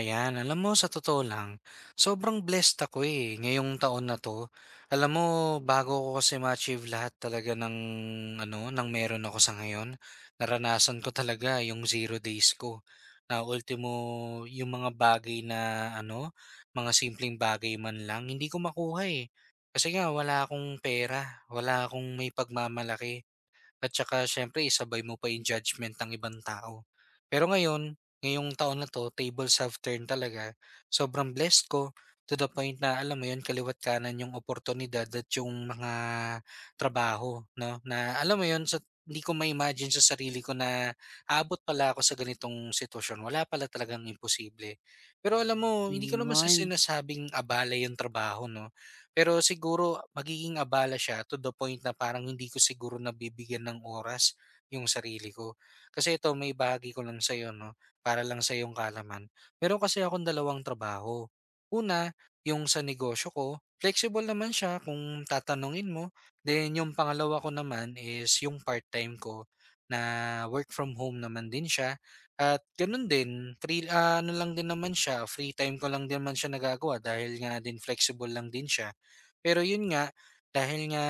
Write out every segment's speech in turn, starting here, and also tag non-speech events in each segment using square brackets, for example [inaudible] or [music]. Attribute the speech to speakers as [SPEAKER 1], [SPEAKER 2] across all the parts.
[SPEAKER 1] Ayan, alam mo sa totoo lang, sobrang blessed ako eh, ngayong taon na 'to. Alam mo bago ko kasi ma-achieve lahat talaga ng ano, ng meron ako sa ngayon, naranasan ko talaga yung zero days ko. Na ultimo yung mga bagay na ano, mga simpleng bagay man lang hindi ko makuha eh. Kasi nga wala akong pera, wala akong may pagmamalaki at saka siyempre isabay mo pa yung judgment ng ibang tao. Pero ngayon, ngayong taon na 'to, tables have turned talaga. Sobrang blessed ko to the point na alam mo 'yun, kaliwa't kanan yung oportunidad at yung mga trabaho 'no, na alam mo 'yun, sa hindi ko ma-imagine sa sarili ko na aabot pala ako sa ganitong sitwasyon, wala pala talagang imposible. Pero alam mo, hindi ko naman sa
[SPEAKER 2] Ayun.
[SPEAKER 1] sinasabing abala yung trabaho 'no. Pero siguro magiging abala siya to the point na parang hindi ko siguro nabibigyan ng oras yung sarili ko. Kasi ito, may bahagi ko lang sa'yo, no? Para lang sa yung kalaman. Meron kasi akong dalawang trabaho. Una, yung sa negosyo ko, flexible naman siya kung tatanungin mo. Then yung pangalawa ko naman is yung part-time ko na work from home naman din siya. At ganun din, free, ano lang din naman siya, free time ko lang din naman siya nagagawa dahil nga din flexible lang din siya. Pero yun nga, dahil nga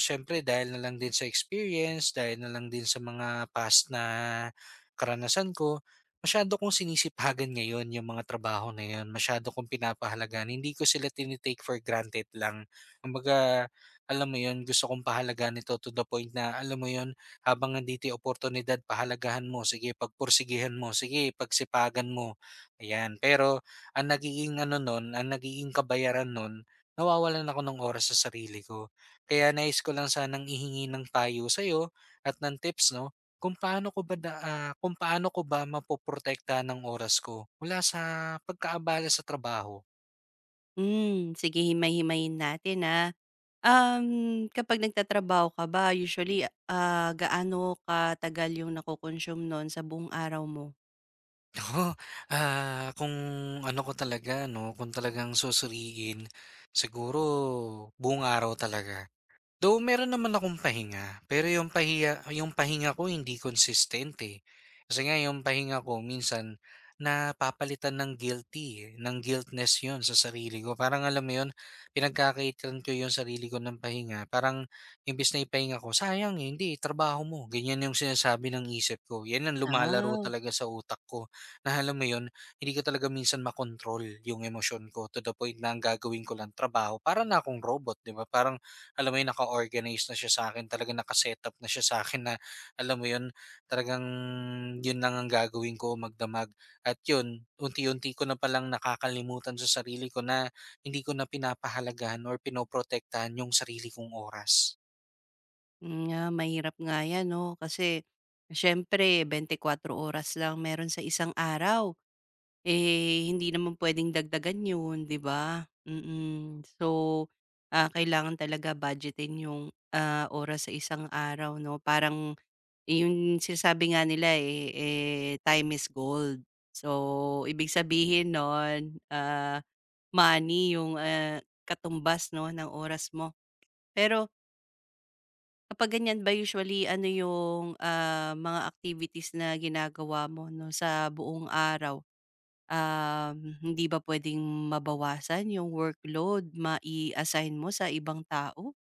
[SPEAKER 1] siyempre dahil na lang din sa experience, dahil na lang din sa mga past na karanasan ko, masyado kong sinisipagan ngayon yung mga trabaho na yun. Masyado kong pinapahalagan. Hindi ko sila tinitake for granted lang. Kumbaga, alam mo yun, gusto kong pahalagaan ito to the point na, alam mo yun, habang nandito yung oportunidad, pahalagahan mo. Sige, pagpursigihan mo. Sige, pagsipagan mo. Ayan. Pero, ang nagiging ano nun, ang nagiging kabayaran nun, nawawalan ako ng oras sa sarili ko. Kaya nais ko lang sanang ihingi ng payo sa'yo at ng tips 'no, kung paano ko ba mapoprotektahan ng oras ko mula sa pagkaabala sa trabaho.
[SPEAKER 2] Hmm, sige himay-himayin natin. Kapag nagtatrabaho ka ba usually, gaano katagal yung nako-consume nun sa buong araw mo?
[SPEAKER 1] [laughs] Naku, kung ano ko talaga 'no, kung talagang susuriin, siguro buong araw talaga. Though meron naman akong pahinga, pero yung pahinga ko hindi consistent, eh. Kasi nga yung pahinga ko minsan napapalitan ng guiltness yun sa sarili ko. Parang alam mo yun, pinagkakaitan ko yung sarili ko ng pahinga. Parang imbis na ipahinga ko, sayang, eh, hindi, trabaho mo. Ganyan yung sinasabi ng isip ko. Yan ang lumalaro
[SPEAKER 2] Ah,
[SPEAKER 1] talaga sa utak ko. Na alam mo yun, hindi ko talaga minsan makontrol yung emosyon ko to the point na ang gagawin ko lang trabaho. Para na akong robot, di ba? Parang alam mo yun, naka-organize na siya sa'kin, talagang naka-setup na siya sa akin na, alam mo yun, talagang yun lang ang gagawin ko, magdamag. At yun, unti-unti ko na palang nakakalimutan sa sarili ko na hindi ko na pinapahalagahan or pinoprotektahan yung sarili kong oras.
[SPEAKER 2] yun nga mahirap nga yan 'no, kasi siyempre 24 oras lang meron sa isang araw, eh, hindi naman puwedeng dagdagan yun, 'di ba? Mm. So, kailangan talaga budgetin yung, oras sa isang araw 'no, parang yung sinasabi nga nila, eh, time is gold. So, ibig sabihin nun, money yung, katumbas 'no ng oras mo. Pero kapag ganyan ba usually ano yung, mga activities na ginagawa mo 'no sa buong araw? Hindi ba puwedeng mabawasan yung workload ma assign mo sa ibang tao?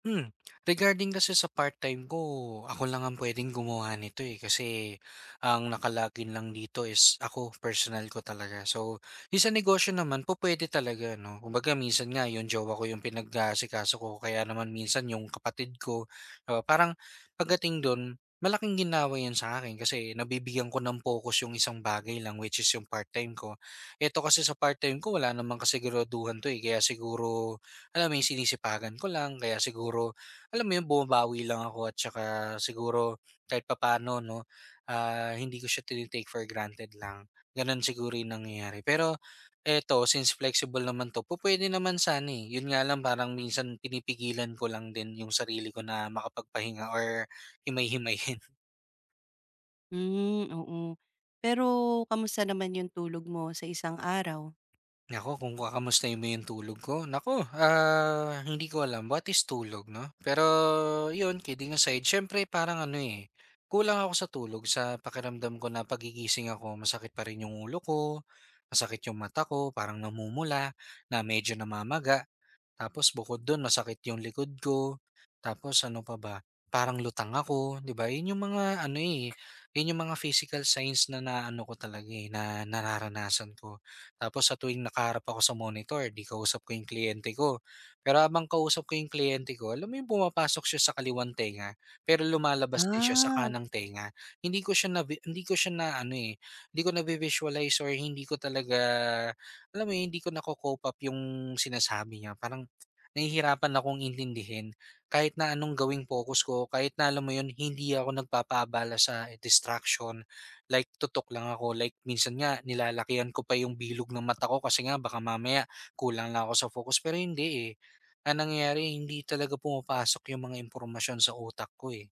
[SPEAKER 1] Hmm, regarding kasi sa part-time ko, ako lang ang pwedeng gumawa nito, eh, kasi ang nakalagin lang dito is ako, personal ko talaga. So, yung sa negosyo naman po pwede talaga 'no, kumbaga minsan nga yung jowa ko yung pinag-aasikaso ko, kaya naman minsan yung kapatid ko, oo. Parang pagdating dun, malaking ginhawa sa akin, kasi nabibigyan ko ng focus yung isang bagay lang, which is yung part-time ko. Eto kasi sa part-time ko wala namang kasiguruduhan 'to, eh, kaya siguro alam mo yung sinisipagan ko lang kaya siguro alam mo yun bumabawi lang ako at saka siguro kahit papano 'no, hindi ko siya tini-take for granted lang. Gano'n siguro yung nangyayari. Pero eto since flexible naman 'to, pwede naman sana, eh. Yun nga lang parang minsan pinipigilan ko lang din yung sarili ko na makapagpahinga or himay-himayin. [laughs]
[SPEAKER 2] Hmm, oo. Pero kamusta naman yung tulog mo sa isang araw?
[SPEAKER 1] Nako kung kakamustahin mo yung tulog ko, nako hindi ko alam what is tulog, 'no? Pero 'yun, kidding aside, siyempre parang ano, eh, kulang ako sa tulog sa pakiramdam ko na pagigising ako masakit pa rin yung ulo ko, masakit yung mata ko, parang namumula, na medyo namamaga. Tapos bukod dun masakit yung likod ko, tapos ano pa ba, parang lutang ako, 'di ba? Yun yung mga ano, eh, yun yung mga physical signs na naano ko talaga, eh, na nararanasan ko. Tapos sa tuwing nakaharap ako sa monitor, 'di kausap ko yung kliyente ko. Pero habang kausap ko yung kliyente ko, alam mo yung pumapasok siya sa kaliwang tenga, pero lumalabas din siya sa
[SPEAKER 2] Ah.
[SPEAKER 1] kanang tenga. Hindi ko siya na hindi ko siya na ano, eh, hindi ko na visualize or hindi ko talaga, alam mo yun, hindi ko nako-cope up yung sinasabi niya. Parang nahihirapan akong intindihin kahit na anong gawing focus ko, kahit na alam mo yun, hindi ako nagpapaabala sa distraction. Like, tutok lang ako. Like, minsan nga, nilalakihan ko pa yung bilog ng mata ko kasi nga, baka mamaya kulang lang ako sa focus. Pero hindi eh. Ang nangyayari, hindi talaga pumapasok yung mga impormasyon sa utak ko eh.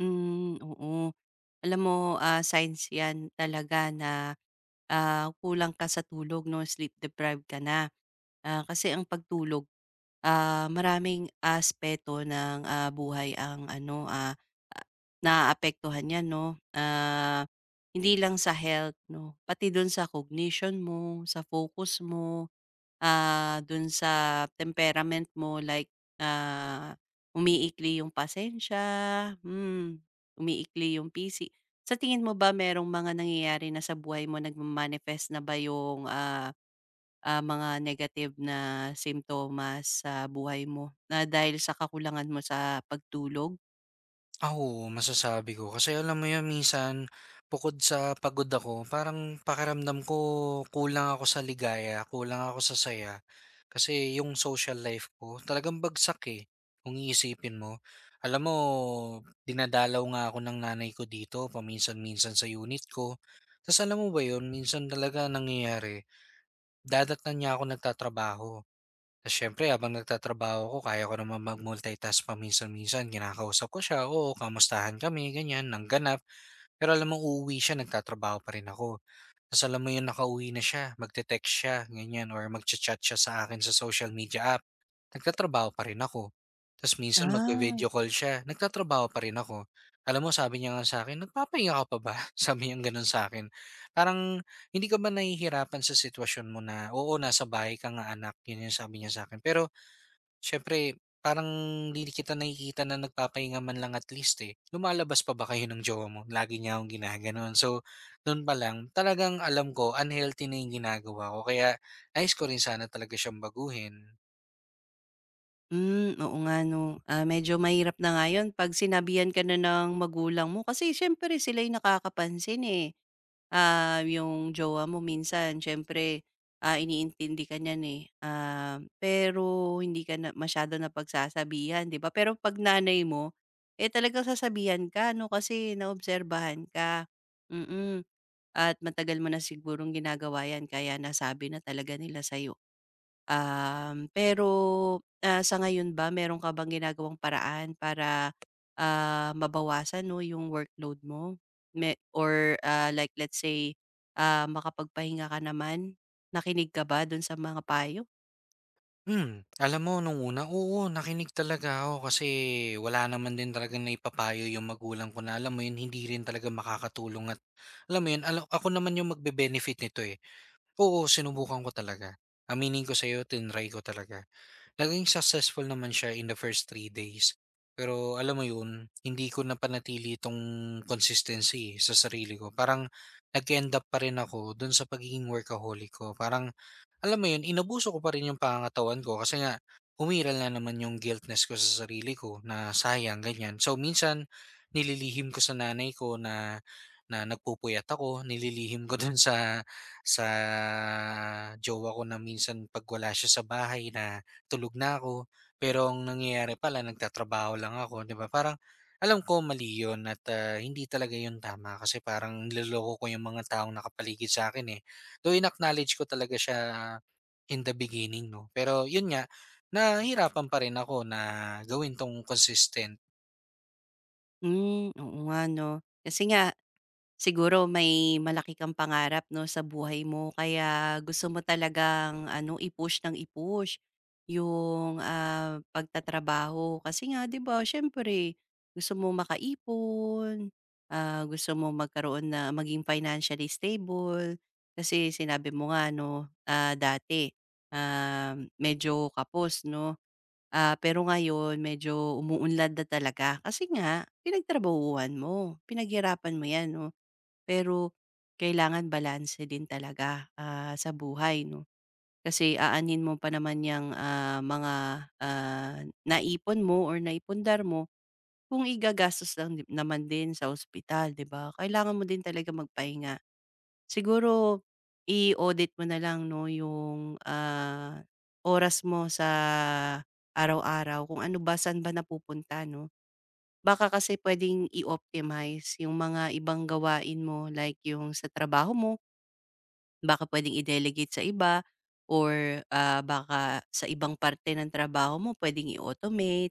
[SPEAKER 2] Hmm, oo. Alam mo, signs 'yan talaga na, kulang ka sa tulog 'no, sleep deprived ka na. Kasi ang pagtulog, maraming aspeto ng, buhay ang ano, ah, naaapektuhan niyan 'no. Hindi lang sa health 'no, pati do'n sa cognition mo, sa focus mo. Dun sa temperament mo like, ah, umiikli yung pasensya, hmm, umiikli yung pisi. Sa tingin mo ba merong mga nangyayari na sa buhay mo nagma na ba yung, mga negative na simptomas sa buhay mo na dahil sa kakulangan mo sa pagtulog?
[SPEAKER 1] Ah, oo, masasabi ko. Kasi alam mo yun minsan, bukod sa pagod ako, parang pakiramdam ko kulang ako sa ligaya, kulang ako sa saya. Kasi yung social life ko, talagang bagsak eh, kung iisipin mo. Alam mo, dinadalaw nga ako ng nanay ko dito, paminsan-minsan sa unit ko. Tapos alam mo ba yun, minsan talaga nangyayari, dadatnan niya ako nagtatrabaho. Tas siyempre habang nagtatrabaho ko kaya ko naman mag-multitask paminsan-minsan, kinakausap ko siya, oo, kamustahan kami, ganyan, ng ganap. Pero alam mo uuwi siya nagtatrabaho pa rin ako. Tas alam mo yun nakauwi na siya, magte-text siya, ganyan, or magcha-chat siya sa akin sa social media app, nagtatrabaho pa rin ako. Tas minsan
[SPEAKER 2] Ah,
[SPEAKER 1] magvi-video call siya, nagtatrabaho pa rin ako. Alam mo sabi niya nga sa akin, "Nagpapahinga ka pa ba?" [laughs] Sabi niyang gano'n akin, parang, "Hindi ka ba nahihirapan sa sitwasyon mo na, oo, nasa bahay ka nga anak." Yun yung sabi niya sa akin. Pero siyempre, parang hindi kita nakikita na nagpapahinga man lang at least eh. Lumalabas pa ba kayo ng jowa mo? Lagi niya akong ginaganon. So, doon pa lang, talagang alam ko, unhealthy na yung ginagawa ko. Kaya, nais ko rin sana talaga siyang baguhin.
[SPEAKER 2] hmm, oo nga 'no. Medyo mahirap na nga 'pag sinabihan ka na ng magulang mo kasi siyempre sila'y nakakapansin, eh. Yung jowa mo minsan siyempre, iniintindi ka niyan, eh, pero hindi ka na masyado napagsasabihan, 'di ba? Pero 'pag nanay mo, eh, talagang sasabihan ka 'no, kasi naobserbahan ka, mm. At matagal mo na sigurong ginagawa 'yan kaya nasabi na talaga nila sa'yo. Pero, sa ngayon ba meron ka bang ginagawang paraan para, mabawasan 'no, yung workload mo? Me or, like let's say, makapagpahinga ka naman? Nakinig ka ba dun sa mga payo?
[SPEAKER 1] Hmm, alam mo, nung una, oo, nakinig talaga ako kasi wala naman din talaga na ipapayo yung magulang ko na alam mo yun, hindi rin talaga makakatulong at alam mo yun, ako naman yung magbe-benefit nito eh. Oo, sinubukan ko talaga. Aminin ko sa'yo, tinry ko talaga. Naging successful naman siya in the first 3 days. Pero alam mo yun, hindi ko napanatili itong consistency eh, sa sarili ko. Parang nag-end up pa rin ako dun sa pagiging workaholic ko. Parang alam mo yun, inabuso ko pa rin yung pangangatawan ko kasi nga umiral na naman yung guiltness ko sa sarili ko na sayang, ganyan. So minsan, nililihim ko sa nanay ko na na nagpupuyat ako, nililihim ko [laughs] dun sa sa jowa ko na minsan pag wala siya sa bahay na tulog na ako. Pero ang nangyayari pala, nagtatrabaho lang ako, di ba? Parang alam ko mali yun at hindi talaga yun tama kasi parang niloloko ko yung mga taong nakapaligid sa akin eh. Though in-acknowledge ko talaga siya in the beginning 'no, pero yun nga, nahirapan pa rin ako na gawin 'tong consistent.
[SPEAKER 2] Hmm, oo nga 'no. Kasi nga siguro may malaki kang pangarap 'no, sa buhay mo kaya gusto mo talagang ano, i-push ng i-push yung, pagtatrabaho. Kasi nga 'di ba siyempre gusto mo makaipon, gusto mo magkaroon na maging financially stable. Kasi sinabi mo nga 'no, dati, medyo kapos 'no, pero ngayon medyo umuunlad na talaga kasi nga pinagtrabahuhan mo, pinaghirapan mo 'yan 'no. Pero kailangan balanse din talaga, sa buhay 'no. Kasi aanhin mo pa naman yung mga, ah, naipon mo or naipundar mo kung igagastos lang din naman din sa ospital, 'di ba? Kailangan mo din talaga magpahinga. Siguro i-audit mo na lang 'no yung, oras mo sa araw-araw kung ano ba, saan ba napupunta 'no. Baka kasi puwedeng i-optimize yung mga ibang gawain mo like yung sa trabaho mo. Baka puwedeng i-delegate sa iba or, baka sa ibang parte ng trabaho mo puwedeng i-automate.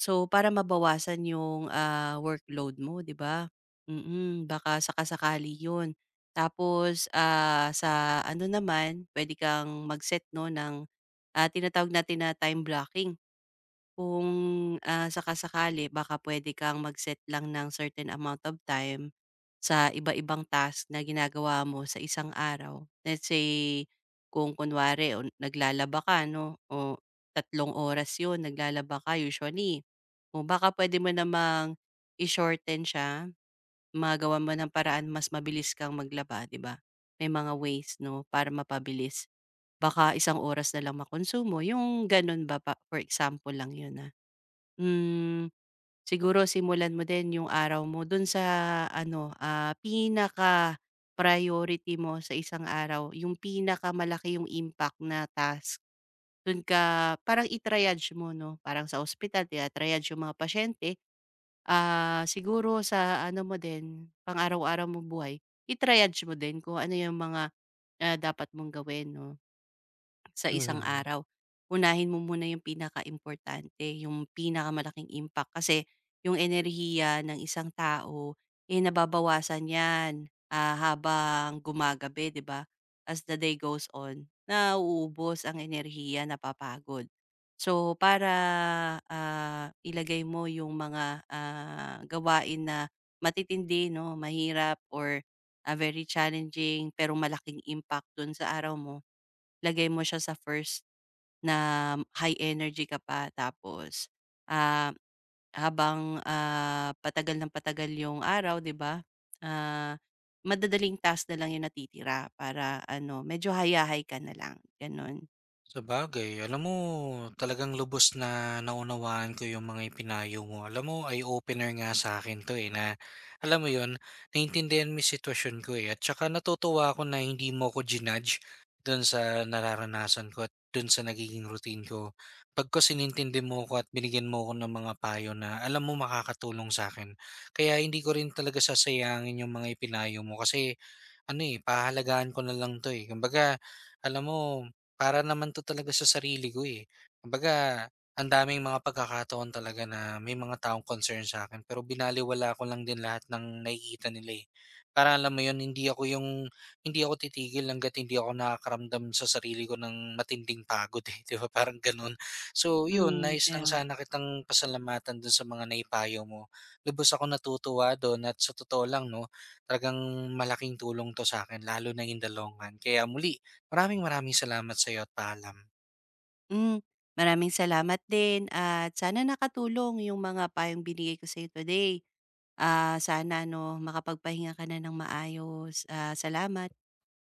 [SPEAKER 2] So, para mabawasan yung, workload mo, 'di ba? Baka saka-sakali yun. Tapos, sa ano naman, puwede kang mag-set 'no ng, tinatawag natin na time blocking. Kung, saka-sakali baka puwede kang mag-set lang ng certain amount of time sa iba-ibang task na ginagawa mo sa isang araw. Let's say, kung kunwari o naglalaba ka 'no, o 3 oras 'yun naglalaba ka usually, o baka puwede mo namang i-shorten siya, magawan mo ng paraan mas mabilis kang maglaba, 'di ba? May mga ways 'no, para mapabilis. Baka 1 oras na lang makonsumo, yung gano'n ba, pa for example lang 'yun, ah. Hmm, siguro simulan mo din yung araw mo dun sa ano, pinaka-priority mo sa isang araw, yung pinaka malaki yung impact na task. Dun ka parang i-triage mo 'no, parang sa ospital tina-triage yung mga pasyente, siguro sa ano mo din, pang-araw-araw mo buhay, i-triage mo din kung ano yung mga, dapat mong gawin 'no sa isang
[SPEAKER 1] Mhm.
[SPEAKER 2] araw, unahin mo muna yung pinaka importante, yung pinakamalaking impact. Kasi yung enerhiya ng isang tao, eh nababawasan yan habang gumagabi, di ba? As the day goes on, nauubos ang enerhiya, napapagod. So, para ilagay mo yung mga gawain na matitindi, no, mahirap or very challenging pero malaking impact dun sa araw mo, lagay mo siya sa first na high energy ka pa tapos, ah, habang, patagal ng patagal yung araw 'di ba, ah, madadaling task na lang yung natitira para ano, medyo hayahay ka na lang gano'n.
[SPEAKER 1] Sabagay, alam mo talagang lubos na naunawaan ko yung mga ipinayo mo. Alam mo, eye-opener nga sa'kin 'to, eh, na alam mo yon naintindihan mo yung sitwasyon ko, eh, at tsaka natutuwa ako na hindi mo ko jinudge dun sa nararanasan ko at dun sa nagiging routine ko. Pagkas inintindi mo ko at binigyan mo ko ng mga payo na alam mo makakatulong sa akin. Kaya hindi ko rin talaga sasayangin yung mga ipinayo mo kasi ano, eh, pahahalagahan ko na lang 'to, eh. Kumbaga, alam mo, para naman 'to talaga sa sarili ko, eh. Kumbaga, ang daming mga pagkakataon talaga na may mga taong concern sa'kin pero binalewala ko lang din lahat ng nakikita nila, eh. Para alam mo 'yun, hindi ako titigil hangga't hindi ako nakakaramdam sa sarili ko ng matinding pagod, eh, [laughs] 'di ba, parang gano'n. So 'yun,
[SPEAKER 2] Hmm,
[SPEAKER 1] nice
[SPEAKER 2] kaya
[SPEAKER 1] lang
[SPEAKER 2] nga.
[SPEAKER 1] sana kitang pasalamatan do'n sa mga naipayo mo. Lubos akong natutuwa do'n at sa totoo lang 'no, talagang malaking tulong 'to sa akin lalo na in the long run. Kaya muli, maraming maraming salamat sa'yo at paalam.
[SPEAKER 2] Hmm, maraming salamat din at sana nakatulong yung mga payong binigay ko sa'yo today. Sana ano makapagpahinga ka na ng maayos, salamat.